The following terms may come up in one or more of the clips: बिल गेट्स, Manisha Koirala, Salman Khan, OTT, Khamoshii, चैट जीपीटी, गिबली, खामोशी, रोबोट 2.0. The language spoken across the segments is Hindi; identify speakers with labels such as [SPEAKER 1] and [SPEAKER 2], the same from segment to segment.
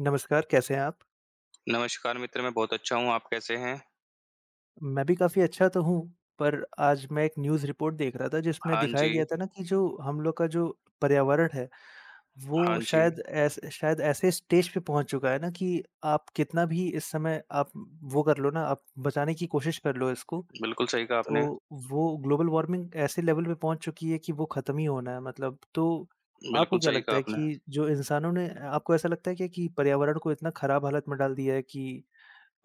[SPEAKER 1] नमस्कार, कैसे हैं आप?
[SPEAKER 2] नमस्कार मित्र, मैं बहुत अच्छा हूँ, आप कैसे हैं?
[SPEAKER 1] मैं भी काफ़ी अच्छा तो हूँ, पर आज मैं एक न्यूज़ रिपोर्ट देख रहा था जिसमें
[SPEAKER 2] हाँ
[SPEAKER 1] दिखाया
[SPEAKER 2] जी,
[SPEAKER 1] गया था ना कि जो हम लोग का जो पर्यावरण है,
[SPEAKER 2] हाँ
[SPEAKER 1] वो
[SPEAKER 2] जी।
[SPEAKER 1] शायद ऐसे स्टेज पे पहुँच चुका है ना कि आप कितना भी इस समय आप वो कर लो ना, आप बचाने की कोशिश कर लो इसको,
[SPEAKER 2] बिल्कुल सही कहा
[SPEAKER 1] तो
[SPEAKER 2] आपने,
[SPEAKER 1] वो ग्लोबल वार्मिंग ऐसे लेवल पे पहुँच चुकी है कि वो खत्म ही होना है मतलब। तो आपको
[SPEAKER 2] बिल्कुल
[SPEAKER 1] क्या
[SPEAKER 2] सही
[SPEAKER 1] लगता
[SPEAKER 2] कहा
[SPEAKER 1] है
[SPEAKER 2] आपने।
[SPEAKER 1] कि जो इंसानों ने आपको ऐसा लगता है क्या कि पर्यावरण को इतना खराब हालत में डाल दिया है कि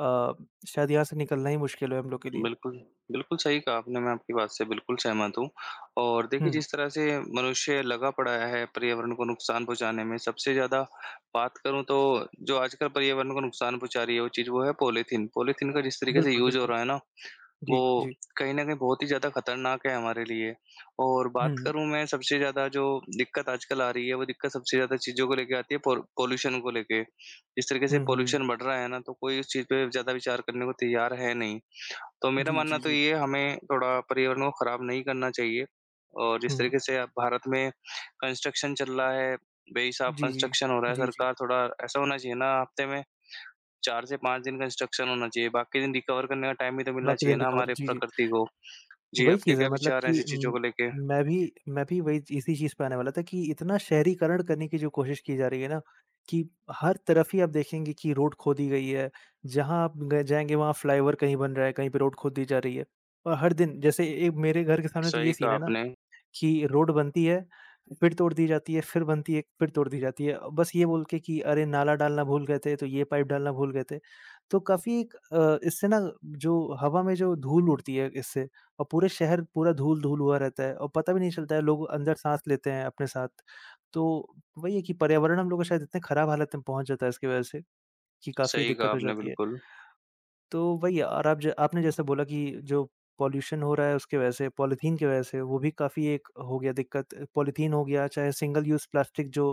[SPEAKER 1] अ, शायद यहाँ से निकलना ही मुश्किल है हम लोग के लिए।
[SPEAKER 2] बिल्कुल, बिल्कुल सही कहा आपने, मैं आपकी बात से बिल्कुल सहमत हूँ और देखिए
[SPEAKER 1] हुँ,
[SPEAKER 2] जिस तरह से मनुष्य लगा पड़ा है पर्यावरण को नुकसान पहुँचाने में, सबसे ज़्यादा बात करूँ तो जो आजकल पर्यावरण को नुकसान पहुँचा रही है वो चीज़ वो है पॉलीथीन। पॉलीथीन का जिस तरीके से
[SPEAKER 1] बिल्कुल,
[SPEAKER 2] यूज़ हो
[SPEAKER 1] बिल्कुल।
[SPEAKER 2] रहा है ना
[SPEAKER 1] जी,
[SPEAKER 2] वो
[SPEAKER 1] जी।
[SPEAKER 2] कहीं न कहीं बहुत ही ज़्यादा खतरनाक है हमारे लिए। और
[SPEAKER 1] हुँ,
[SPEAKER 2] बात
[SPEAKER 1] हुँ।
[SPEAKER 2] करूँ मैं सबसे ज़्यादा जो दिक्कत आजकल आ रही है, वो दिक्कत सबसे ज़्यादा चीज़ों को लेके आती है पॉल्यूशन को लेके। जिस तरीके से
[SPEAKER 1] हुँ, हुँ।
[SPEAKER 2] पॉल्यूशन बढ़ रहा है ना, तो कोई उस चीज़ पे ज़्यादा विचार करने को तैयार है नहीं। तो मेरा
[SPEAKER 1] जी,
[SPEAKER 2] मानना
[SPEAKER 1] जी,
[SPEAKER 2] तो
[SPEAKER 1] जी।
[SPEAKER 2] ये है हमें थोड़ा पर्यावरण को खराब नहीं करना चाहिए। और जिस
[SPEAKER 1] हुँ।
[SPEAKER 2] तरीके से अब भारत में कंस्ट्रक्शन चल रहा है, बेहिसाब
[SPEAKER 1] जी, जी।
[SPEAKER 2] कंस्ट्रक्शन हो रहा है,
[SPEAKER 1] जी, जी।
[SPEAKER 2] सरकार थोड़ा ऐसा होना चाहिए ना हफ्ते में 4 से 5 दिन का इंस्ट्रक्शन होना चाहिए, बाकी दिन रिकवर करने का टाइम भी तो मिलना
[SPEAKER 1] बाकी
[SPEAKER 2] चाहिए
[SPEAKER 1] दिन
[SPEAKER 2] ना
[SPEAKER 1] रिकवर
[SPEAKER 2] हमारे
[SPEAKER 1] जी, जी।
[SPEAKER 2] प्रकृति को। जी,
[SPEAKER 1] वही
[SPEAKER 2] आपके
[SPEAKER 1] चीज़ है
[SPEAKER 2] क्या
[SPEAKER 1] मतलब
[SPEAKER 2] विचार हैं
[SPEAKER 1] कि
[SPEAKER 2] ऐसी चीज़ों को लेके?
[SPEAKER 1] मैं भी वही इसी चीज़ पे आने वाला था कि इतना शहरीकरण करने की जो कोशिश की जा रही है ना, कि हर तरफ ही आप देखेंगे कि रोड खोदी गई है। जहाँ आप ग जाएँगे वहाँ फ्लाईओवर कहीं बन रहा है, कहीं पे रोड खोद दी जा रही है। और हर दिन जैसे ए मेरे घर के सामने तो ये
[SPEAKER 2] सही
[SPEAKER 1] सीन
[SPEAKER 2] कहा
[SPEAKER 1] है ना
[SPEAKER 2] आपने,
[SPEAKER 1] कि रोड बनती है, फिर तोड़ दी जाती है, फिर बनती है, फिर तोड़ दी जाती है। बस ये बोल के कि अरे नाला डालना भूल गए थे, तो ये पाइप डालना भूल गए थे। तो काफ़ी एक इससे ना जो हवा में जो धूल उड़ती है इससे और पूरे शहर पूरा धूल-धूल हुआ रहता है और पता भी नहीं चलता है लोग अंदर साँस लेते हैं अपने साथ। तो वही है कि पर्यावरण हम लोग का शायद इतने खराब हालत में पहुँच जाता है इसकी वजह से कि काफ़ी
[SPEAKER 2] सही कहा
[SPEAKER 1] दिक्कत हो
[SPEAKER 2] आपने
[SPEAKER 1] जाती है।
[SPEAKER 2] बिल्कुल,
[SPEAKER 1] तो वही और आप ज आपने जैसा बोला कि जो पॉल्यूशन हो रहा है उसकी वजह से, पॉलीथीन की वजह से, वो भी काफ़ी एक हो गया दिक्कत। पॉलीथीन हो गया, चाहे सिंगल यूज़ प्लास्टिक जो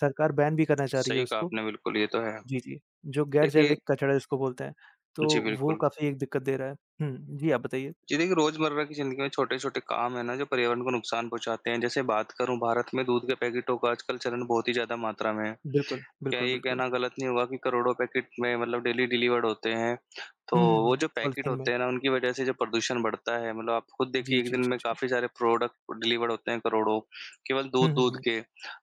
[SPEAKER 1] सरकार बैन भी करना चाह रही है
[SPEAKER 2] सही कहा
[SPEAKER 1] उसको।
[SPEAKER 2] आपने बिल्कुल, ये तो है।
[SPEAKER 1] जी, जी। जो गैर
[SPEAKER 2] देखिए
[SPEAKER 1] जैविक कचरा जिसको बोलते हैं, तो
[SPEAKER 2] जी,
[SPEAKER 1] वो
[SPEAKER 2] बिल्कुल।
[SPEAKER 1] काफ़ी एक दिक्कत दे रहा है। हुँ, जी आप बताइए।
[SPEAKER 2] जी, देखिए रोज़मर्रा की ज़िंदगी में छोटे-छोटे काम हैं ना जो पर्यावरण को नुकसान पहुँचाते हैं, जैसे बात करूँ भारत में दूध के पैकेटों का आजकल चलन बहुत ही ज़्यादा मात्रा में है।
[SPEAKER 1] बिल्कुल,
[SPEAKER 2] क्या
[SPEAKER 1] बिल्कुल,
[SPEAKER 2] ये
[SPEAKER 1] बिल्कुल।
[SPEAKER 2] कहना गलत नहीं होगा कि करोड़ों पैकेट में मतलब डेली डिलीवर्ड होते हैं, तो
[SPEAKER 1] हुँ, हुँ,
[SPEAKER 2] वो
[SPEAKER 1] हुँ।
[SPEAKER 2] जो पैकेट
[SPEAKER 1] पॉलीथीन में।
[SPEAKER 2] होते हैं ना, उनकी वज़ह से जो प्रदूषण बढ़ता है, मतलब आप खुद देखिए
[SPEAKER 1] जी,
[SPEAKER 2] एक
[SPEAKER 1] जी,
[SPEAKER 2] दिन
[SPEAKER 1] जी,
[SPEAKER 2] में
[SPEAKER 1] जी।
[SPEAKER 2] काफ़ी सारे प्रोडक्ट डिलीवर्ड होते हैं करोड़ों, केवल
[SPEAKER 1] हुँ, हुँ,
[SPEAKER 2] दूध-दूध
[SPEAKER 1] हुँ।
[SPEAKER 2] के,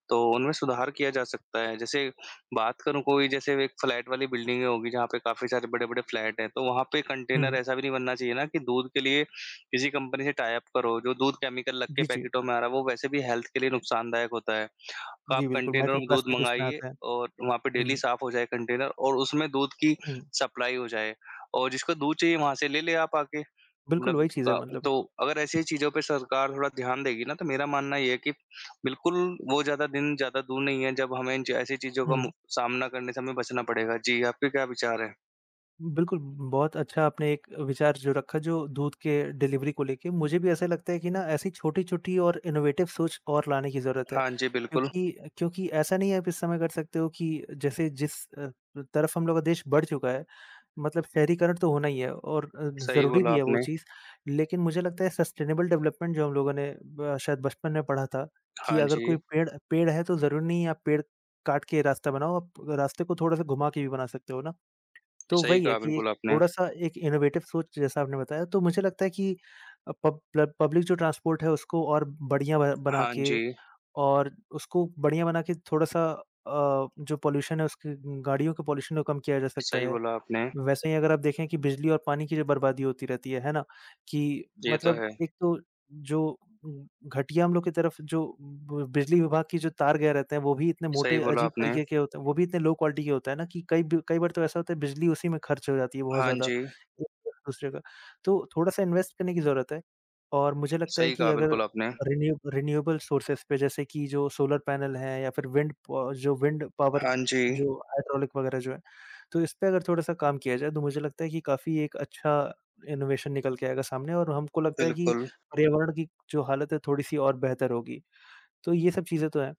[SPEAKER 2] तो उनमें सुधार किया जा सकता है। जैसे बात करूँ कोई जैसे एक फ्लैट वाली बिल्डिंगें होगी जहाँ पे काफ़ी सारे बड़े-बड़े फ्लैट हैं, तो वहाँ पे कंटेनर
[SPEAKER 1] हुँ,
[SPEAKER 2] ऐसा भी नहीं बनना चाहिए ना कि दूध के लिए किसी कंपनी से टाई अप करो, जो दूध केमिकल लग के
[SPEAKER 1] जी, जी।
[SPEAKER 2] पैकेटों में आ रहा है, वो वैसे भी हेल्थ के लिए नुकसानदायक होता है। का आप
[SPEAKER 1] जी, बिल्कुल
[SPEAKER 2] कंटेनर
[SPEAKER 1] माइक्रो
[SPEAKER 2] में दूध
[SPEAKER 1] प्लास्टिक उसमें
[SPEAKER 2] मँगाइए
[SPEAKER 1] आता है।
[SPEAKER 2] और वहाँ पे डेली
[SPEAKER 1] हुँ,
[SPEAKER 2] साफ़ हो जाए कंटेनर और उसमें दूध की
[SPEAKER 1] हुँ।
[SPEAKER 2] सप्लाई हो जाए और जिसको दूध चाहिए वहाँ से ले ले आप आके
[SPEAKER 1] बिल्कुल
[SPEAKER 2] मतलब
[SPEAKER 1] वही चीज़ है मतलब।
[SPEAKER 2] तो अगर ऐसी चीज़ों पे सरकार थोड़ा ध्यान देगी ना तो मेरा मानना ये है कि बिल्कुल वो ज़्यादा दिन ज़्यादा दूर नहीं है जब हमें इन ज ऐसी चीज़ों का मु
[SPEAKER 1] हुँ।
[SPEAKER 2] सामना करने से हमें बचना पड़ेगा। जी, आपके क्या विचार हैं?
[SPEAKER 1] बिल्कुल, बहुत अच्छा आपने एक विचार जो रखा जो दूध के डिलीवरी को लेके, मुझे भी ऐसा लगता है कि ना ऐसी छोटी-छोटी और इनोवेटिव सोच और लाने की ज़रूरत है।
[SPEAKER 2] हाँ जी, बिल्कुल।
[SPEAKER 1] क्योंकि क्योंकि ऐसा नहीं है आप इस समय कर सकते हो कि जैसे जिस तरफ हम लोग का देश बढ़ चुका है, मतलब शहरीकरण तो होना ही है और
[SPEAKER 2] सही
[SPEAKER 1] ज़रूरी
[SPEAKER 2] बोला
[SPEAKER 1] भी है वो
[SPEAKER 2] आपने।
[SPEAKER 1] चीज़। लेकिन मुझे लगता है सस्टेनेबल डेवलपमेंट जो हम लोगों ने ब शायद बचपन में पढ़ा था कि
[SPEAKER 2] हाँ
[SPEAKER 1] अगर
[SPEAKER 2] जी,
[SPEAKER 1] कोई पेड़ पेड़ है तो ज़रूरी नहीं है आप पेड़ काट के रास्ता बनाओ, आप रास्ते को थोड़ा-सा घुमा के भी बना सकते हो ना। तो
[SPEAKER 2] सही
[SPEAKER 1] वही है
[SPEAKER 2] कहा
[SPEAKER 1] कि एक
[SPEAKER 2] बिल्कुल आपने।
[SPEAKER 1] थोड़ा-सा एक इनोवेटिव सोच जैसा आपने बताया, तो मुझे लगता है कि पब प्लब पब्लिक जो ट्रांसपोर्ट है उसको और बढ़िया ब बना
[SPEAKER 2] हाँ
[SPEAKER 1] के
[SPEAKER 2] जी,
[SPEAKER 1] और उसको बढ़िया बना के थोड़ा-सा जो पॉल्यूशन है उसकी गाड़ियों के पॉल्यूशन को कम किया जा सकता
[SPEAKER 2] सही
[SPEAKER 1] है।
[SPEAKER 2] बोला आपने।
[SPEAKER 1] वैसे ही अगर आप देखें कि बिजली और पानी की जो बर्बादी होती रहती है ना? कि
[SPEAKER 2] ये तो
[SPEAKER 1] मतलब
[SPEAKER 2] है।
[SPEAKER 1] एक तो जो घटिया हम लोग की तरफ जो ब बिजली विभाग की जो तार गए रहते हैं, वो भी इतने
[SPEAKER 2] सही
[SPEAKER 1] मोटे
[SPEAKER 2] बोला
[SPEAKER 1] अजीब
[SPEAKER 2] आपने।
[SPEAKER 1] तरीके के होते हैं, वो भी इतने लो क्वालिटी के होता है ना कि कई ब कई बार तो ऐसा होता है बिजली उसी में खर्च हो जाती है बहुत
[SPEAKER 2] हाँ
[SPEAKER 1] ज़्यादा,
[SPEAKER 2] जी।
[SPEAKER 1] एक-दूसरे का। तो थोड़ा-सा इन्वेस्ट करने की ज़रूरत है और मुझे लगता है
[SPEAKER 2] सही
[SPEAKER 1] कि
[SPEAKER 2] कहा
[SPEAKER 1] अगर
[SPEAKER 2] बिल्कुल आपने।
[SPEAKER 1] रिन्यूएबल सोर्सेज़ पे जैसे कि जो सोलर पैनल हैं या फिर विंड प जो विंड पावर
[SPEAKER 2] हाँ जी,
[SPEAKER 1] जो हाइड्रोलिक वगैरह जो है तो इस पे अगर थोड़ा-सा काम किया जाए तो मुझे लगता है कि काफ़ी एक अच्छा इनोवेशन निकल के आएगा सामने और हमको लगता है कि
[SPEAKER 2] बिल्कुल,
[SPEAKER 1] पर्यावरण की जो हालत है थोड़ी-सी और बेहतर होगी। तो ये सब चीज़ें तो हैं।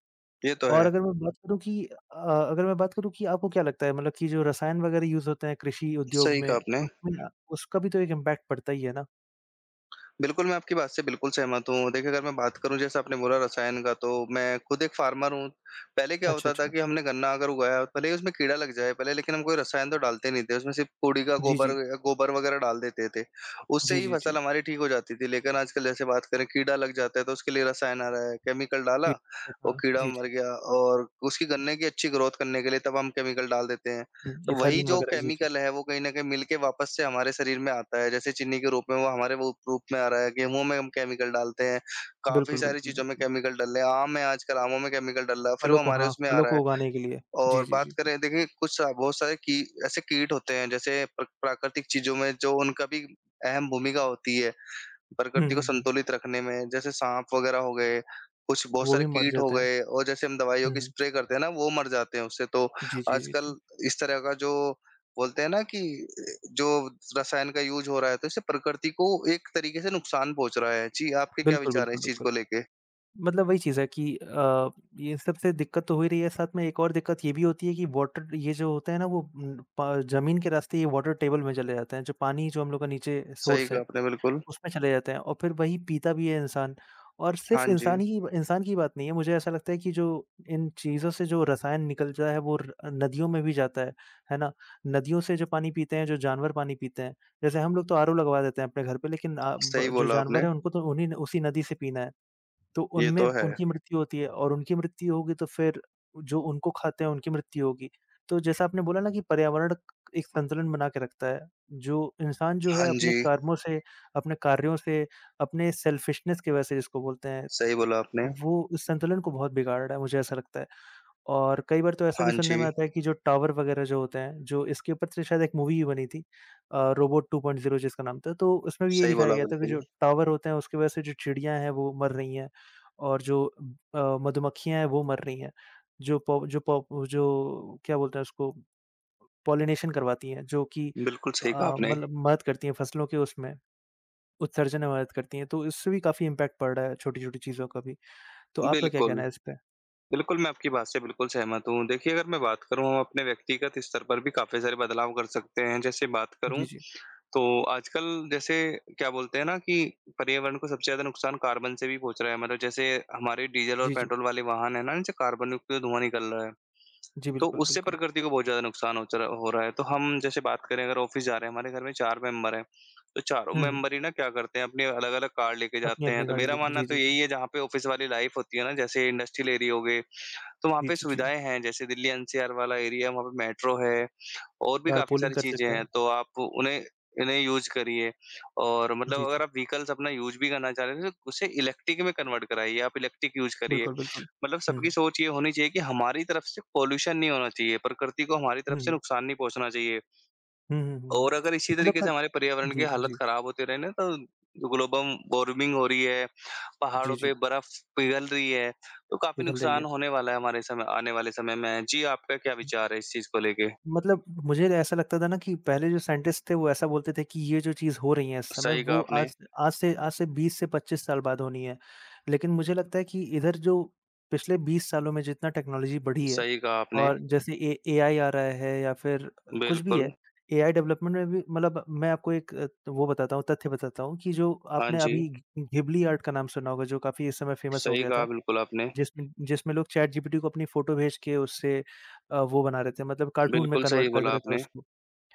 [SPEAKER 2] ये तो
[SPEAKER 1] और
[SPEAKER 2] है।
[SPEAKER 1] अगर मैं बात करूँ कि अ, अगर मैं बात करूँ कि आपको क्या लगता है मतलब कि जो रसायन वगैरह यूज़ होते हैं कृषि उद्योग
[SPEAKER 2] सही कहा
[SPEAKER 1] में
[SPEAKER 2] आपने।
[SPEAKER 1] उसमें उसका भी तो एक इम्पैक्ट पड़ता ही है ना?
[SPEAKER 2] बिल्कुल, मैं आपकी बात से बिल्कुल सहमत हूँ। देखिए, अगर मैं बात करूँ जैसे आपने बोला रसायन का तो मैं खुद एक फार्मर हूँ। पहले क्या
[SPEAKER 1] अच्छा,
[SPEAKER 2] होता था
[SPEAKER 1] अच्छा।
[SPEAKER 2] कि हमने गन्ना अगर उगाया भले ही उसमें कीड़ा लग जाए पहले लेकिन हम कोई रसायन तो डालते नहीं थे। उसमें सिर्फ़ कुड़ी का
[SPEAKER 1] जी,
[SPEAKER 2] गोबर
[SPEAKER 1] जी।
[SPEAKER 2] या गोबर वग़ैरह डाल देते थे। उससे
[SPEAKER 1] जी,
[SPEAKER 2] ही
[SPEAKER 1] जी, जी।
[SPEAKER 2] फसल हमारी ठीक हो जाती थी। लेकिन आजकल जैसे बात करें कीड़ा लग जाता है तो उसके लिए रसायन आ रहा है। केमिकल डाला,
[SPEAKER 1] जी,
[SPEAKER 2] वो
[SPEAKER 1] हाँ।
[SPEAKER 2] कीड़ा
[SPEAKER 1] जी,
[SPEAKER 2] मर
[SPEAKER 1] जी।
[SPEAKER 2] गया और उसकी गन्ने की अच्छी ग्रोथ करने के लिए तब हम केमिकल डाल देते हैं।
[SPEAKER 1] हुँ,
[SPEAKER 2] तो वही
[SPEAKER 1] इथालीन
[SPEAKER 2] जो
[SPEAKER 1] वगैरह। जी, जी।
[SPEAKER 2] केमिकल है वो कहीं न कहीं मिल के वापस से हमारे शरीर में आता है। जैसे चीनी के रूप में वो हमारे वो रूप में आ रहा है, गेहूँ में हम केमिकल डालते हैं, काफ़ी
[SPEAKER 1] बिल्कुल,
[SPEAKER 2] सारी
[SPEAKER 1] बिल्कुल,
[SPEAKER 2] चीज़ों में
[SPEAKER 1] बिल्कुल।
[SPEAKER 2] केमिकल डल रहे हैं, आम है आजकल आमों में केमिकल डल रहा है, फिर
[SPEAKER 1] फलों
[SPEAKER 2] वो
[SPEAKER 1] को
[SPEAKER 2] हमारे
[SPEAKER 1] हाँ,
[SPEAKER 2] उसमें आ
[SPEAKER 1] फलों
[SPEAKER 2] रहा
[SPEAKER 1] को
[SPEAKER 2] है।
[SPEAKER 1] उगाने के लिए। जी,
[SPEAKER 2] और
[SPEAKER 1] जी, जी,
[SPEAKER 2] बात
[SPEAKER 1] जी।
[SPEAKER 2] करें देखिए बहुत सारे की ऐसे कीट होते हैं जैसे प्राकृतिक चीज़ों में जो उनका भी अहम भूमिका होती है।
[SPEAKER 1] हुँ,
[SPEAKER 2] प्रकृति को
[SPEAKER 1] हुँ, हुँ।
[SPEAKER 2] संतुलित रखने में जैसे साँप वग़ैरह हो गए, कुछ बहुत
[SPEAKER 1] वो
[SPEAKER 2] सारे
[SPEAKER 1] भी मर
[SPEAKER 2] कीट हो
[SPEAKER 1] जाते हैं।
[SPEAKER 2] गए और जैसे हम दवाइयों
[SPEAKER 1] हुँ,
[SPEAKER 2] की
[SPEAKER 1] हुँ।
[SPEAKER 2] स्प्रे करते हैं ना, वो मर जाते हैं उससे। तो
[SPEAKER 1] जी, जी, जी, जी।
[SPEAKER 2] आजकल इस तरह का जो बोलते हैं ना कि जो रसायन का यूज़ हो रहा है, तो इससे प्रकृति को एक तरीके से नुकसान पहुँच रहा है। जी, आपके क्या
[SPEAKER 1] बिल्कुल,
[SPEAKER 2] विचार हैं
[SPEAKER 1] बिल्कुल,
[SPEAKER 2] इस चीज़
[SPEAKER 1] बिल्कुल।
[SPEAKER 2] को लेके?
[SPEAKER 1] मतलब वही चीज़ है कि ये सबसे दिक्कत तो हो ही रही है, साथ में एक और दिक्कत ये भी होती है कि वाटर ये जो होता है ना वो उम, प ज़मीन के रास्ते ये वाटर टेबल में चले जाते हैं, जो पानी जो हम लोग का नीचे
[SPEAKER 2] सही
[SPEAKER 1] सोर्स
[SPEAKER 2] कहा
[SPEAKER 1] है।
[SPEAKER 2] आपने बिल्कुल।
[SPEAKER 1] उसमें चले जाते हैं और फिर वही पीता भी है इंसान और सिर्फ
[SPEAKER 2] हाँ जी,
[SPEAKER 1] इंसान ही इंसान की बात नहीं है, मुझे ऐसा लगता है कि जो इन चीज़ों से जो रसायन निकलता है वो र नदियों में भी जाता है ना? नदियों से जो पानी पीते हैं, जो जानवर पानी पीते हैं, जैसे हम लोग तो आरओ लगवा देते हैं अपने घर पे लेकिन अ,
[SPEAKER 2] सही
[SPEAKER 1] ब जो
[SPEAKER 2] बोला आपने।
[SPEAKER 1] जानवर है उनको तो उन्हीं न उसी नदी से पीना है। तो
[SPEAKER 2] ये
[SPEAKER 1] उनमें
[SPEAKER 2] तो है।
[SPEAKER 1] उनकी मृत्यु होती है और उनकी मृत्यु होगी तो फिर जो उनको खाते हैं उनकी मृत्यु होगी। तो जैसा आपने बोला ना कि पर्यावरण एक संतुलन बना के रखता है। जो इंसान जो है
[SPEAKER 2] हाँ
[SPEAKER 1] अपने
[SPEAKER 2] जी,
[SPEAKER 1] कर्मों से, अपने कार्यों से, अपने सेल्फिशनेस की वजह से जिसको बोलते हैं,
[SPEAKER 2] सही बोला आपने।
[SPEAKER 1] वो इस संतुलन को बहुत बिगाड़ रहा है, मुझे ऐसा लगता है। और कई बार तो ऐसा
[SPEAKER 2] हाँ
[SPEAKER 1] भी सुनने में
[SPEAKER 2] जी,
[SPEAKER 1] आता है कि जो टावर वगैरह जो होते हैं, जो इसके ऊपर से शायद एक मूवी भी बनी थी रोबोट 2.0 जिसका नाम था, तो उसमें भी यही
[SPEAKER 2] सही
[SPEAKER 1] दिखाया
[SPEAKER 2] बोला
[SPEAKER 1] गया था कि
[SPEAKER 2] बिल्कुल।
[SPEAKER 1] जो टावर होते हैं उसकी वजह से जो चिड़ियाँ हैं वो मर रही हैं और जो मधुमक्खियाँ हैं वो मर रही हैं। जो क्या बोलते हैं उसको पॉलिनेशन करवाती हैं, जो कि
[SPEAKER 2] बिल्कुल सही कहा आपने।
[SPEAKER 1] मतलब मदद करती हैं फसलों के उसमें उत्सर्जन में मदद करती हैं, तो इससे भी काफ़ी इम्पैक्ट पड़ रहा है छोटी-छोटी चीज़ों का भी। तो आपका क्या
[SPEAKER 2] बिल्कुल।
[SPEAKER 1] कहना है इस पे?
[SPEAKER 2] बिल्कुल, मैं आपकी बात से बिल्कुल सहमत हूँ। देखिए, अगर मैं बात करूँ हम अपने व्यक्तिगत स्तर पर भी काफ़ी सारे बदलाव कर सकते हैं। जैसे बात
[SPEAKER 1] जी,
[SPEAKER 2] करूँ
[SPEAKER 1] जी।
[SPEAKER 2] तो आजकल जैसे क्या बोलते हैं ना कि पर्यावरण को सबसे ज़्यादा नुकसान कार्बन से भी पहुँच रहा है। मतलब जैसे हमारे डीज़ल और
[SPEAKER 1] जी, जी।
[SPEAKER 2] पेट्रोल वाले वाहन हैं ना, इनसे कार्बन युक्त धुआँ निकल रहा है,
[SPEAKER 1] जी,
[SPEAKER 2] तो
[SPEAKER 1] बिल्कुल,
[SPEAKER 2] उससे
[SPEAKER 1] बिल्कुल।
[SPEAKER 2] प्रकृति को बहुत ज़्यादा नुकसान हो रहा है। तो हम जैसे बात करें अगर ऑफ़िस जा रहे हैं, हमारे घर में 4 मेंबर हैं, तो चारों
[SPEAKER 1] हुँ, हुँ।
[SPEAKER 2] मेंबर ही ना क्या करते हैं अपनी अलग-अलग कार लेके जाते हैं।
[SPEAKER 1] अपनी-अपनी
[SPEAKER 2] तो
[SPEAKER 1] गाड़ी
[SPEAKER 2] मेरा
[SPEAKER 1] लेके।
[SPEAKER 2] मानना
[SPEAKER 1] जी,
[SPEAKER 2] तो
[SPEAKER 1] जी, जी।
[SPEAKER 2] यही है जहाँ पे ऑफ़िस वाली लाइफ़ होती है ना, जैसे इंडस्ट्रियल एरिया हो गए तो वहाँ
[SPEAKER 1] जी,
[SPEAKER 2] पे
[SPEAKER 1] जी, जी।
[SPEAKER 2] सुविधाएँ हैं, जैसे दिल्ली एनसीआर वाला एरिया है, वहाँ पे मेट्रो है और भी काफ़ी
[SPEAKER 1] कारपूलिंग
[SPEAKER 2] सारी
[SPEAKER 1] कर
[SPEAKER 2] चीज़ें
[SPEAKER 1] सकते
[SPEAKER 2] हैं,
[SPEAKER 1] हैं।
[SPEAKER 2] तो आप उन्हें इन्हें यूज़ करिए और मतलब
[SPEAKER 1] जी, जी।
[SPEAKER 2] अगर आप व्हीकल्स अपना यूज़ भी करना चाह रहे हैं, तो उसे इलेक्ट्रिक में कन्वर्ट कराइए, आप इलेक्ट्रिक यूज़ करिए।
[SPEAKER 1] बिल्कुल, बिल्कुल।
[SPEAKER 2] मतलब
[SPEAKER 1] हुँ, हुँ।
[SPEAKER 2] सबकी सोच ये होनी चाहिए कि हमारी तरफ से पॉल्यूशन नहीं होना चाहिए, प्रकृति को हमारी तरफ
[SPEAKER 1] हुँ,
[SPEAKER 2] से
[SPEAKER 1] हुँ।
[SPEAKER 2] नुकसान नहीं पहुँचना चाहिए।
[SPEAKER 1] हुँ, हुँ, हुँ, हुँ।
[SPEAKER 2] और अगर इसी
[SPEAKER 1] मतलब
[SPEAKER 2] तरीके
[SPEAKER 1] क
[SPEAKER 2] से हमारे पर्यावरण की
[SPEAKER 1] जी,
[SPEAKER 2] हालत
[SPEAKER 1] जी।
[SPEAKER 2] खराब होती रहे ना तो ग्लोबल वार्मिंग हो रही है,
[SPEAKER 1] जी,
[SPEAKER 2] पहाड़ों
[SPEAKER 1] जी।
[SPEAKER 2] पे बर्फ पिघल रही है, तो काफ़ी
[SPEAKER 1] पिघल रही है।
[SPEAKER 2] नुकसान होने वाला है हमारे समय आने वाले समय में। जी, आपका क्या विचार है इस चीज़ को लेके?
[SPEAKER 1] मतलब मुझे ऐसा लगता था ना कि पहले जो साइंटिस्ट थे वो ऐसा बोलते थे कि ये जो चीज़ हो रही है इस समय
[SPEAKER 2] सही कहा
[SPEAKER 1] वो
[SPEAKER 2] आपने,
[SPEAKER 1] आज आज से 20 से 25 साल बाद होनी है। लेकिन मुझे लगता है कि इधर जो पिछले 20 सालों में जितना टेक्नोलॉजी बढ़ी है
[SPEAKER 2] सही कहा आपने।
[SPEAKER 1] और जैसे ए एआई आ रहा है या फिर कुछ भी है,
[SPEAKER 2] बिल्कुल,
[SPEAKER 1] एआई डेवलपमेंट में भी मतलब मैं आपको एक वो बताता हूँ तथ्य बताता हूँ कि जो
[SPEAKER 2] हाँ
[SPEAKER 1] आपने
[SPEAKER 2] जी।
[SPEAKER 1] अभी घि घिबली आर्ट का नाम सुना होगा जो काफ़ी इस समय फ़ेमस हो
[SPEAKER 2] सही
[SPEAKER 1] गया
[SPEAKER 2] कहा
[SPEAKER 1] था।
[SPEAKER 2] बिल्कुल आपने।
[SPEAKER 1] जिसमें जिसमें लोग चैट जीपीटी को अपनी फ़ोटो भेज के उससे वो बना रहे थे मतलब कार्टून में
[SPEAKER 2] बिल्कुल
[SPEAKER 1] कन्वर्ट
[SPEAKER 2] सही
[SPEAKER 1] कर दे
[SPEAKER 2] बोला
[SPEAKER 1] रहे थे
[SPEAKER 2] आपने।
[SPEAKER 1] उसको,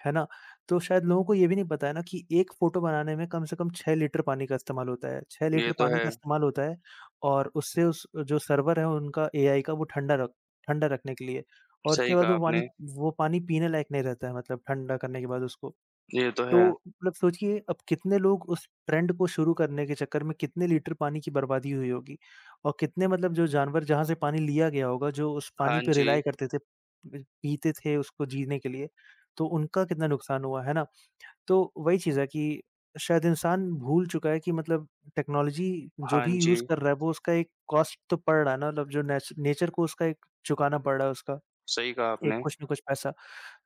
[SPEAKER 1] है ना? तो शायद लोगों को ये भी नहीं पता है ना कि एक फ़ोटो बनाने में कम से कम 6 लीटर पानी का इस्तेमाल होता है, 6
[SPEAKER 2] ये
[SPEAKER 1] लीटर
[SPEAKER 2] तो
[SPEAKER 1] पानी
[SPEAKER 2] है,
[SPEAKER 1] का इस्तेमाल होता है और उससे उस जो सर्वर है उनका एआई का वो ठंडा रखने के लिए और उसके
[SPEAKER 2] सही
[SPEAKER 1] बाद
[SPEAKER 2] कहा
[SPEAKER 1] वो पानी
[SPEAKER 2] आपने।
[SPEAKER 1] वो पानी पीने लायक नहीं रहता है मतलब ठंडा करने के बाद उसको।
[SPEAKER 2] ये तो
[SPEAKER 1] तो
[SPEAKER 2] है।
[SPEAKER 1] मतलब सोचिए अब कितने लोग उस ट्रेंड को शुरू करने के चक्कर में कितने लीटर पानी की बर्बादी हुई होगी और कितने मतलब जो जानवर जहाँ से पानी लिया गया होगा, जो उस पानी
[SPEAKER 2] हाँ
[SPEAKER 1] पे रिलाय
[SPEAKER 2] जी,
[SPEAKER 1] करते थे, ब पीते थे उसको जीने के लिए, तो उनका कितना नुकसान हुआ, है ना? तो वही चीज़ है कि शायद इंसान भूल चुका है कि मतलब टेक्नोलॉजी जो
[SPEAKER 2] हाँ
[SPEAKER 1] भी
[SPEAKER 2] जी।
[SPEAKER 1] यूज़ कर रहा है, वो उसका एक कॉस्ट तो पड़ रहा है ना मतलब जो नेचर को उसका एक चुकाना पड़ रहा है उसका,
[SPEAKER 2] सही कहा
[SPEAKER 1] एक
[SPEAKER 2] आपने।
[SPEAKER 1] कुछ न कुछ पैसा।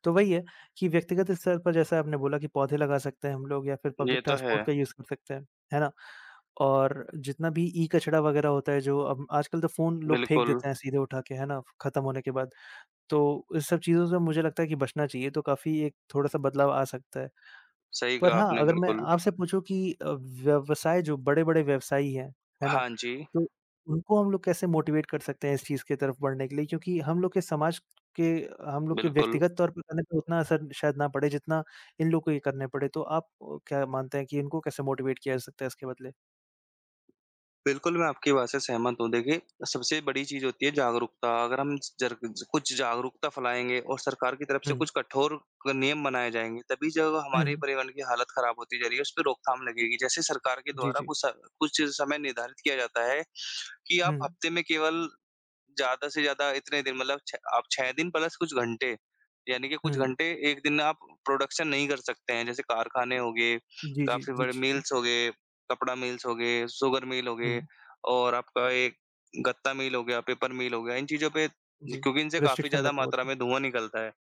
[SPEAKER 1] तो वही है कि व्यक्तिगत स्तर पर जैसे आपने बोला कि पौधे लगा सकते हैं हम लोग या फिर पब्लिक
[SPEAKER 2] ये तो है।
[SPEAKER 1] ट्रांसपोर्ट का यूज़ कर सकते हैं, है ना? और जितना भी ई-कचरा वगैरह होता है जो अब आजकल तो फ़ोन लोग फेंक
[SPEAKER 2] बिल्कुल,
[SPEAKER 1] देते हैं सीधे उठा के, है ना? खत्म होने के बाद। तो इस सब चीज़ों से मुझे लगता है कि बचना चाहिए, तो काफ़ी एक थोड़ा-सा बदलाव आ सकता है।
[SPEAKER 2] सही
[SPEAKER 1] पर
[SPEAKER 2] कहा
[SPEAKER 1] हाँ,
[SPEAKER 2] आपने
[SPEAKER 1] अगर मैं
[SPEAKER 2] बिल्कुल।
[SPEAKER 1] आपसे पूछूँ कि व्यवसाय जो बड़े-बड़े व्यवसायी हैं, है ना?
[SPEAKER 2] हाँ जी।
[SPEAKER 1] तो उनको हम लोग कैसे मोटिवेट कर सकते हैं इस चीज़ की तरफ बढ़ने के लिए? क्योंकि हम लोग के समाज के हम लोग के
[SPEAKER 2] बिल्कुल।
[SPEAKER 1] व्यक्तिगत तौर पे करने पे उतना असर शायद ना पड़े जितना इन लोग को ये करने पड़े। तो आप क्या मानते हैं कि इनको कैसे मोटिवेट किया जा सकता है इसके बदले?
[SPEAKER 2] बिल्कुल, मैं आपकी बात से सहमत हूँ। देखिए, सबसे बड़ी चीज़ होती है जागरूकता। अगर हम जर कुछ जागरूकता फैलाएँगे और सरकार की तरफ से
[SPEAKER 1] हुँ,
[SPEAKER 2] कुछ कठोर नियम बनाए जाएँगे, तभी जो
[SPEAKER 1] हुँ,
[SPEAKER 2] हमारे
[SPEAKER 1] हुँ।
[SPEAKER 2] परिवहन की हालत ख़राब होती जा रही है, उस पे रोकथाम लगेगी। जैसे सरकार के
[SPEAKER 1] जी,
[SPEAKER 2] द्वारा
[SPEAKER 1] जी।
[SPEAKER 2] कुछ समय निर्धारित किया जाता है कि आप
[SPEAKER 1] हुँ,
[SPEAKER 2] हफ़्ते में केवल ज़्यादा से ज़्यादा इतने दिन मतलब छ आप 6 दिन प्लस कुछ घंटे, यानी कि कुछ
[SPEAKER 1] हुँ।
[SPEAKER 2] घंटे 1 दिन आप प्रोडक्शन नहीं कर सकते हैं। जैसे कारखाने हो गए,
[SPEAKER 1] जी, जी,
[SPEAKER 2] काफ़ी
[SPEAKER 1] जी,
[SPEAKER 2] बड़े
[SPEAKER 1] जी, जी।
[SPEAKER 2] मिल्स हो गए, कपड़ा मिल्स हो गए, शुगर मिल हो गए
[SPEAKER 1] हुँ,
[SPEAKER 2] और आपका एक गत्ता मिल हो गया, पेपर मिल हो गया। इन चीज़ों पे
[SPEAKER 1] जी।
[SPEAKER 2] क्योंकि इनसे काफ़ी
[SPEAKER 1] रिस्ट्रिक्शन
[SPEAKER 2] ज़्यादा
[SPEAKER 1] लगा हुआ
[SPEAKER 2] मात्रा
[SPEAKER 1] था।
[SPEAKER 2] में धुआँ निकलता है।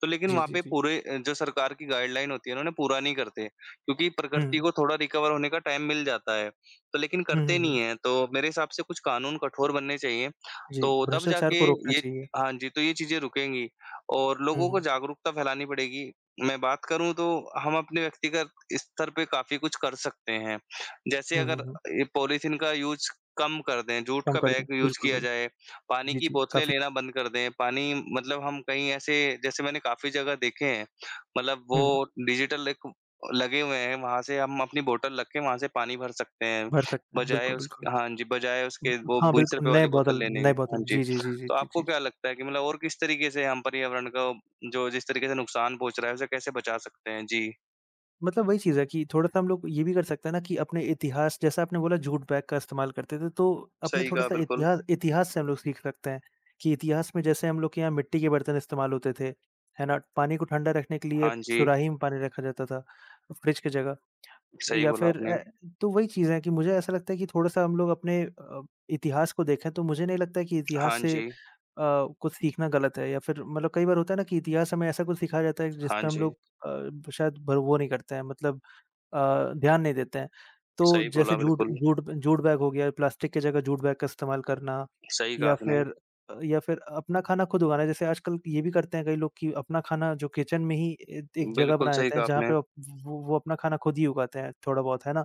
[SPEAKER 2] तो लेकिन
[SPEAKER 1] जी,
[SPEAKER 2] वहाँ
[SPEAKER 1] जी,
[SPEAKER 2] पे
[SPEAKER 1] जी।
[SPEAKER 2] पूरे जो सरकार की गाइडलाइन होती है, उन्होंने पूरा नहीं करते क्योंकि
[SPEAKER 1] हुँ,
[SPEAKER 2] प्रकृति
[SPEAKER 1] हुँ।
[SPEAKER 2] को थोड़ा रिकवर होने का टाइम मिल जाता है, तो लेकिन
[SPEAKER 1] हुँ, हुँ,
[SPEAKER 2] करते नहीं
[SPEAKER 1] हुँ।
[SPEAKER 2] हैं। तो मेरे हिसाब से कुछ कानून कठोर बनने चाहिए
[SPEAKER 1] जी,
[SPEAKER 2] तो तब
[SPEAKER 1] भ्रष्टाचार को
[SPEAKER 2] जाके
[SPEAKER 1] रोकना
[SPEAKER 2] ये
[SPEAKER 1] चाहिए।
[SPEAKER 2] हाँ जी, तो ये चीज़ें रुकेंगी और
[SPEAKER 1] हुँ,
[SPEAKER 2] लोगों को
[SPEAKER 1] हुँ।
[SPEAKER 2] जागरूकता फैलानी पड़ेगी। मैं बात करूँ तो हम अपने व्यक्तिगत स्तर पे काफ़ी कुछ कर सकते हैं। जैसे
[SPEAKER 1] हुँ, हुँ,
[SPEAKER 2] अगर
[SPEAKER 1] हुँ।
[SPEAKER 2] ये पॉलीथीन का यूज़ कम कर दें, जूट
[SPEAKER 1] कम
[SPEAKER 2] का
[SPEAKER 1] कर दी।
[SPEAKER 2] बैग यूज़
[SPEAKER 1] बिल्कुल,
[SPEAKER 2] किया
[SPEAKER 1] बिल्कुल।
[SPEAKER 2] जाए, पानी
[SPEAKER 1] जी,
[SPEAKER 2] की
[SPEAKER 1] जी,
[SPEAKER 2] बोतलें
[SPEAKER 1] काफ़ी
[SPEAKER 2] लेना बंद कर दें। पानी मतलब हम कहीं ऐसे जैसे मैंने काफ़ी जगह देखे हैं, मतलब
[SPEAKER 1] हुँ,
[SPEAKER 2] वो डिजिटल एक लगे हुए हैं, वहाँ से हम अपनी बोतल रख के वहाँ से पानी भर सकते हैं।
[SPEAKER 1] भर सकते हैं।
[SPEAKER 2] बजाए
[SPEAKER 1] बिल्कुल,
[SPEAKER 2] उस
[SPEAKER 1] बिल्कुल।
[SPEAKER 2] हाँ जी, बजाए उसके
[SPEAKER 1] उ
[SPEAKER 2] वो
[SPEAKER 1] हाँ,
[SPEAKER 2] 20
[SPEAKER 1] बिल्कुल,
[SPEAKER 2] रुपए
[SPEAKER 1] नए
[SPEAKER 2] वाली बोतल
[SPEAKER 1] बोतल
[SPEAKER 2] लेने के।
[SPEAKER 1] नए
[SPEAKER 2] हाँ
[SPEAKER 1] बोतल।
[SPEAKER 2] जी,
[SPEAKER 1] जी, जी, जी, जी,
[SPEAKER 2] तो
[SPEAKER 1] जी,
[SPEAKER 2] आपको
[SPEAKER 1] जी।
[SPEAKER 2] क्या लगता है कि मतलब और किस तरीके से हम पर्यावरण को जो जिस तरीके से नुकसान पहुँच रहा है, उसे कैसे बचा सकते हैं? जी।
[SPEAKER 1] मतलब वही चीज़ है कि थोड़ा-सा हम लोग ये भी कर सकते हैं ना कि अपने इतिहास जैसा आपने बोला जूट बैग का इस्तेमाल करते थे, तो अपने
[SPEAKER 2] सही कहा,
[SPEAKER 1] थोड़ा-सा
[SPEAKER 2] बिल्कुल।
[SPEAKER 1] इतिहास इतिहास से हम लोग सीख सकते हैं कि इतिहास में जैसे हम लोग के यहाँ मिट्टी के बर्तन इस्तेमाल होते थे, है ना? पानी को ठंडा रखने के लिए
[SPEAKER 2] हाँ जी,
[SPEAKER 1] सुराही में पानी रखा जाता था, फ्रिज की जगह।
[SPEAKER 2] सही
[SPEAKER 1] या
[SPEAKER 2] बोला
[SPEAKER 1] फिर
[SPEAKER 2] आपने।
[SPEAKER 1] तो वही चीज़ है कि मुझे ऐसा लगता है कि थोड़ा-सा हम लोग अपने इतिहास को देखें तो मुझे नहीं लगता है कि इतिहास
[SPEAKER 2] हाँ
[SPEAKER 1] से अ,
[SPEAKER 2] जी,
[SPEAKER 1] कुछ सीखना गलत है या फिर मतलब कई बार होता है ना कि इतिहास हमें ऐसा कुछ सिखाया जाता है जिस
[SPEAKER 2] हाँ
[SPEAKER 1] पे हम
[SPEAKER 2] जी,
[SPEAKER 1] लोग शायद भर वो नहीं करते हैं मतलब ध्यान नहीं देते हैं। तो
[SPEAKER 2] सही
[SPEAKER 1] जैसे
[SPEAKER 2] बोला
[SPEAKER 1] जूट
[SPEAKER 2] बिल्कुल,
[SPEAKER 1] जूट जूट बैग हो गया, प्लास्टिक की जगह जूट बैग का इस्तेमाल करना
[SPEAKER 2] सही कहा
[SPEAKER 1] या
[SPEAKER 2] आपने।
[SPEAKER 1] फिर या फिर अपना खाना खुद उगाना। जैसे आजकल ये भी करते हैं कई लोग कि अपना खाना जो किचन में ही ए एक जगह
[SPEAKER 2] बिल्कुल
[SPEAKER 1] बना
[SPEAKER 2] सही
[SPEAKER 1] देते हैं
[SPEAKER 2] कहा
[SPEAKER 1] जहाँ
[SPEAKER 2] आपने,
[SPEAKER 1] पे वो अपना खाना खुद ही उगाते हैं थोड़ा बहुत, है ना?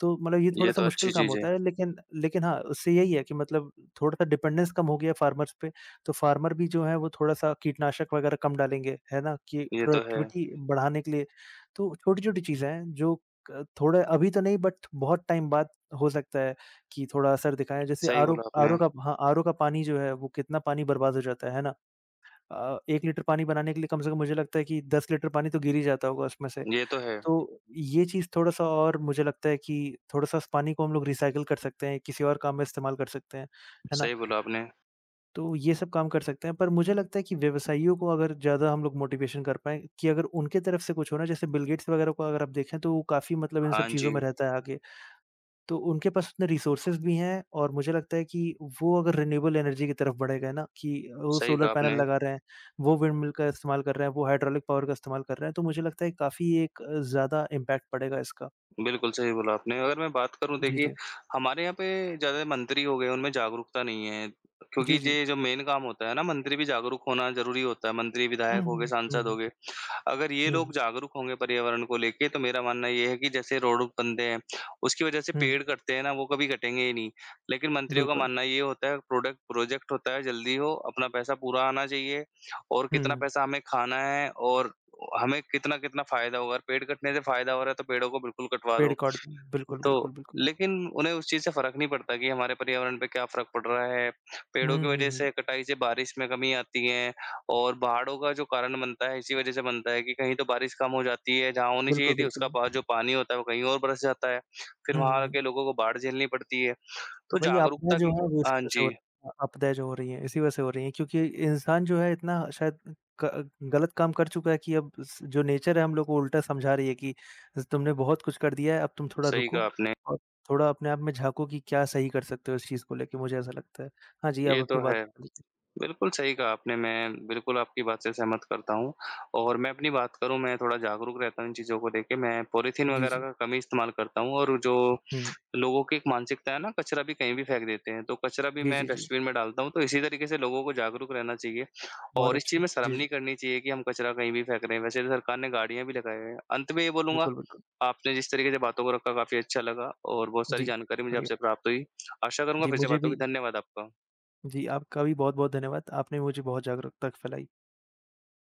[SPEAKER 1] तो मतलब ये
[SPEAKER 2] ये
[SPEAKER 1] थोड़ा-सा
[SPEAKER 2] तो
[SPEAKER 1] मुश्किल
[SPEAKER 2] अच्छी
[SPEAKER 1] काम
[SPEAKER 2] चीज़ है,
[SPEAKER 1] होता है लेकिन लेकिन हाँ, उससे यही है कि मतलब थोड़ा-सा डिपेंडेंस कम हो गया है फार्मर्स पे, तो फार्मर भी जो है वो थोड़ा-सा कीटनाशक वगैरह कम डालेंगे, है ना? कि
[SPEAKER 2] ये तो है।
[SPEAKER 1] प्रोडक्टिविटी बढ़ाने के लिए। तो छोटी-छोटी चीज़ें हैं जो क थोड़ा अभी तो नहीं बट बहुत टाइम बाद हो सकता है कि थोड़ा असर दिखाएँ। जैसे
[SPEAKER 2] सही
[SPEAKER 1] आरओ
[SPEAKER 2] बोला आपने,
[SPEAKER 1] आरओ का हाँ, आरओ का पानी जो है वो कितना पानी बर्बाद हो जाता है ना? 1 लीटर पानी बनाने के लिए कम से कम मुझे लगता है कि 10 लीटर पानी तो गिर ही जाता होगा उसमें से।
[SPEAKER 2] ये तो है,
[SPEAKER 1] तो ये चीज़ थोड़ा-सा और मुझे लगता है कि थोड़ा-सा उस पानी को हम लोग रिसाइकिल कर सकते हैं, किसी और काम में इस्तेमाल कर सकते हैं, है ना?
[SPEAKER 2] सही बोला आपने।
[SPEAKER 1] तो ये सब काम कर सकते हैं, पर मुझे लगता है कि व्यवसायियों को अगर ज़्यादा हम लोग मोटिवेशन कर पाएँ कि अगर उनके तरफ से कुछ हो ना, जैसे बिल गेट्स वगैरह को अगर आप देखें तो वो काफ़ी मतलब इन सब
[SPEAKER 2] हाँ
[SPEAKER 1] चीज़ों
[SPEAKER 2] जी,
[SPEAKER 1] में रहता है आगे। तो उनके पास उतने रिसोर्सेज़ भी हैं और मुझे लगता है कि वो अगर रिन्यूएबल एनर्जी की तरफ बढ़े गए ना कि वो
[SPEAKER 2] सही
[SPEAKER 1] सोलर
[SPEAKER 2] कहा
[SPEAKER 1] पैनल
[SPEAKER 2] आपने।
[SPEAKER 1] लगा रहे हैं, वो विंड मिल का इस्तेमाल कर रहे हैं, वो हाइड्रोलिक पावर का इस्तेमाल कर रहे हैं, तो मुझे लगता है काफ़ी एक ज़्यादा इम्पैक्ट पड़ेगा इसका।
[SPEAKER 2] बिल्कुल, सही बोला आपने। अगर मैं बात करूँ
[SPEAKER 1] जी,
[SPEAKER 2] देखिए,
[SPEAKER 1] जी।
[SPEAKER 2] हमारे यहाँ पे ज़्यादा मंत्री हो गए, उनमें जागरूकता नहीं है। क्योंकि
[SPEAKER 1] जी, जी।
[SPEAKER 2] ये जो मेन काम होता है ना, मंत्री भी जागरूक होना ज़रूरी होता है, मंत्री,
[SPEAKER 1] हुँ,
[SPEAKER 2] विधायक हो गए,
[SPEAKER 1] हुँ। हुँ,
[SPEAKER 2] सांसद हो
[SPEAKER 1] हुँ।
[SPEAKER 2] गए। अगर ये
[SPEAKER 1] हुँ,
[SPEAKER 2] लोग
[SPEAKER 1] हुँ।
[SPEAKER 2] जागरूक होंगे पर्यावरण को लेके तो मेरा मानना ये है कि जैसे रोड बनते हैं, उसकी वज़ह से
[SPEAKER 1] हुँ,
[SPEAKER 2] पेड़ कटते हैं ना वो कभी कटेंगे ही नहीं। लेकिन मंत्रियों का
[SPEAKER 1] बिल्कुल।
[SPEAKER 2] मानना ये होता है प्रोडक्ट प्रोजेक्ट होता है जल्दी हो, अपना पैसा पूरा आना चाहिए और
[SPEAKER 1] हुँ,
[SPEAKER 2] कितना
[SPEAKER 1] हुँ।
[SPEAKER 2] पैसा हमें खाना है और हमें कितना-कितना फ़ायदा होगा। अगर पेड़ कटने से फ़ायदा हो रहा है तो पेड़ों को बिल्कुल कटवा
[SPEAKER 1] पेड़
[SPEAKER 2] दो।
[SPEAKER 1] काट बिल्कुल, बिल्कुल,
[SPEAKER 2] तो
[SPEAKER 1] बिल्कुल।
[SPEAKER 2] लेकिन उन्हें उस चीज़ से फ़र्क नहीं पड़ता कि हमारे पर्यावरण पे क्या फ़र्क पड़ रहा है। पेड़ों की
[SPEAKER 1] हुँ, हुँ,
[SPEAKER 2] वज़ह
[SPEAKER 1] हुँ।
[SPEAKER 2] से कटाई से बारिश में कमी आती है और बाढ़ों का जो कारण बनता है इसी वज़ह से बनता है कि कहीं तो बारिश कम हो जाती है जहाँ होनी चाहिए
[SPEAKER 1] बिल्कुल,
[SPEAKER 2] थी
[SPEAKER 1] बिल्कुल।
[SPEAKER 2] उसका बा जो पानी होता है वो कहीं और बरस जाता है। फिर
[SPEAKER 1] हुँ, हुँ,
[SPEAKER 2] वहाँ
[SPEAKER 1] हुँ।
[SPEAKER 2] के लोगों को बाढ़ झेलनी पड़ती है। तो
[SPEAKER 1] वही आपदा
[SPEAKER 2] जागरूकता
[SPEAKER 1] जो
[SPEAKER 2] की
[SPEAKER 1] है वो इसी
[SPEAKER 2] हाँ
[SPEAKER 1] वजह से हो
[SPEAKER 2] जी,
[SPEAKER 1] रही है। आपदाएँ जो हो रही हैं इसी वजह से हो रही हैं क्योंकि इंसान जो है इतना शायद क गलत काम कर चुका है कि अब स जो नेचर है हम लोग को उल्टा समझा रही है कि तुमने बहुत कुछ कर दिया है, अब तुम थोड़ा
[SPEAKER 2] सही
[SPEAKER 1] रुको
[SPEAKER 2] कहा आपने।
[SPEAKER 1] और थोड़ा अपने आप में झाँको कि क्या सही कर सकते हो इस चीज़ को लेके मुझे ऐसा लगता है। हाँ जी, आप
[SPEAKER 2] ये
[SPEAKER 1] अपनी
[SPEAKER 2] तो
[SPEAKER 1] बात
[SPEAKER 2] है।
[SPEAKER 1] बता दीजिए।
[SPEAKER 2] बिल्कुल सही कहा आपने। मैं बिल्कुल आपकी बात से सहमत करता हूँ और मैं अपनी बात करूँ मैं थोड़ा जागरूक रहता हूँ इन चीज़ों को लेके। मैं पॉलीथीन
[SPEAKER 1] जी,
[SPEAKER 2] वगैरह
[SPEAKER 1] जी।
[SPEAKER 2] का कम ही इस्तेमाल करता हूँ और जो
[SPEAKER 1] हुँ।
[SPEAKER 2] लोगों की एक मानसिकता है ना कचरा भी कहीं भी फेंक देते हैं, तो कचरा भी
[SPEAKER 1] जी,
[SPEAKER 2] मैं
[SPEAKER 1] जी, जी।
[SPEAKER 2] डस्टबिन में डालता हूँ। तो इसी तरीके से लोगों को जागरूक रहना चाहिए
[SPEAKER 1] बहुत
[SPEAKER 2] और इस चीज़
[SPEAKER 1] अच्छे।
[SPEAKER 2] में शर्म
[SPEAKER 1] जी, जी।
[SPEAKER 2] नहीं करनी चाहिए कि हम कचरा कहीं भी फेंक रहे हैं। वैसे सरकार ने गाड़ियाँ भी लगाई हैं। अंत में ये बोलूँगा
[SPEAKER 1] बिल्कुल, बिल्कुल।
[SPEAKER 2] आपने जिस तरीके से बातों को रखा काफ़ी अच्छा लगा और बहुत सारी
[SPEAKER 1] जी,
[SPEAKER 2] जानकारी मुझे
[SPEAKER 1] शुक्रिया।
[SPEAKER 2] आपसे प्राप्त हुई। आशा करूँगा
[SPEAKER 1] जी,
[SPEAKER 2] फिर से
[SPEAKER 1] मुझे
[SPEAKER 2] बात
[SPEAKER 1] भी
[SPEAKER 2] होगी। धन्यवाद आपका।
[SPEAKER 1] जी, आपका भी बहुत-बहुत धन्यवाद। आपने मुझे बहुत जागरूकता फैलाई।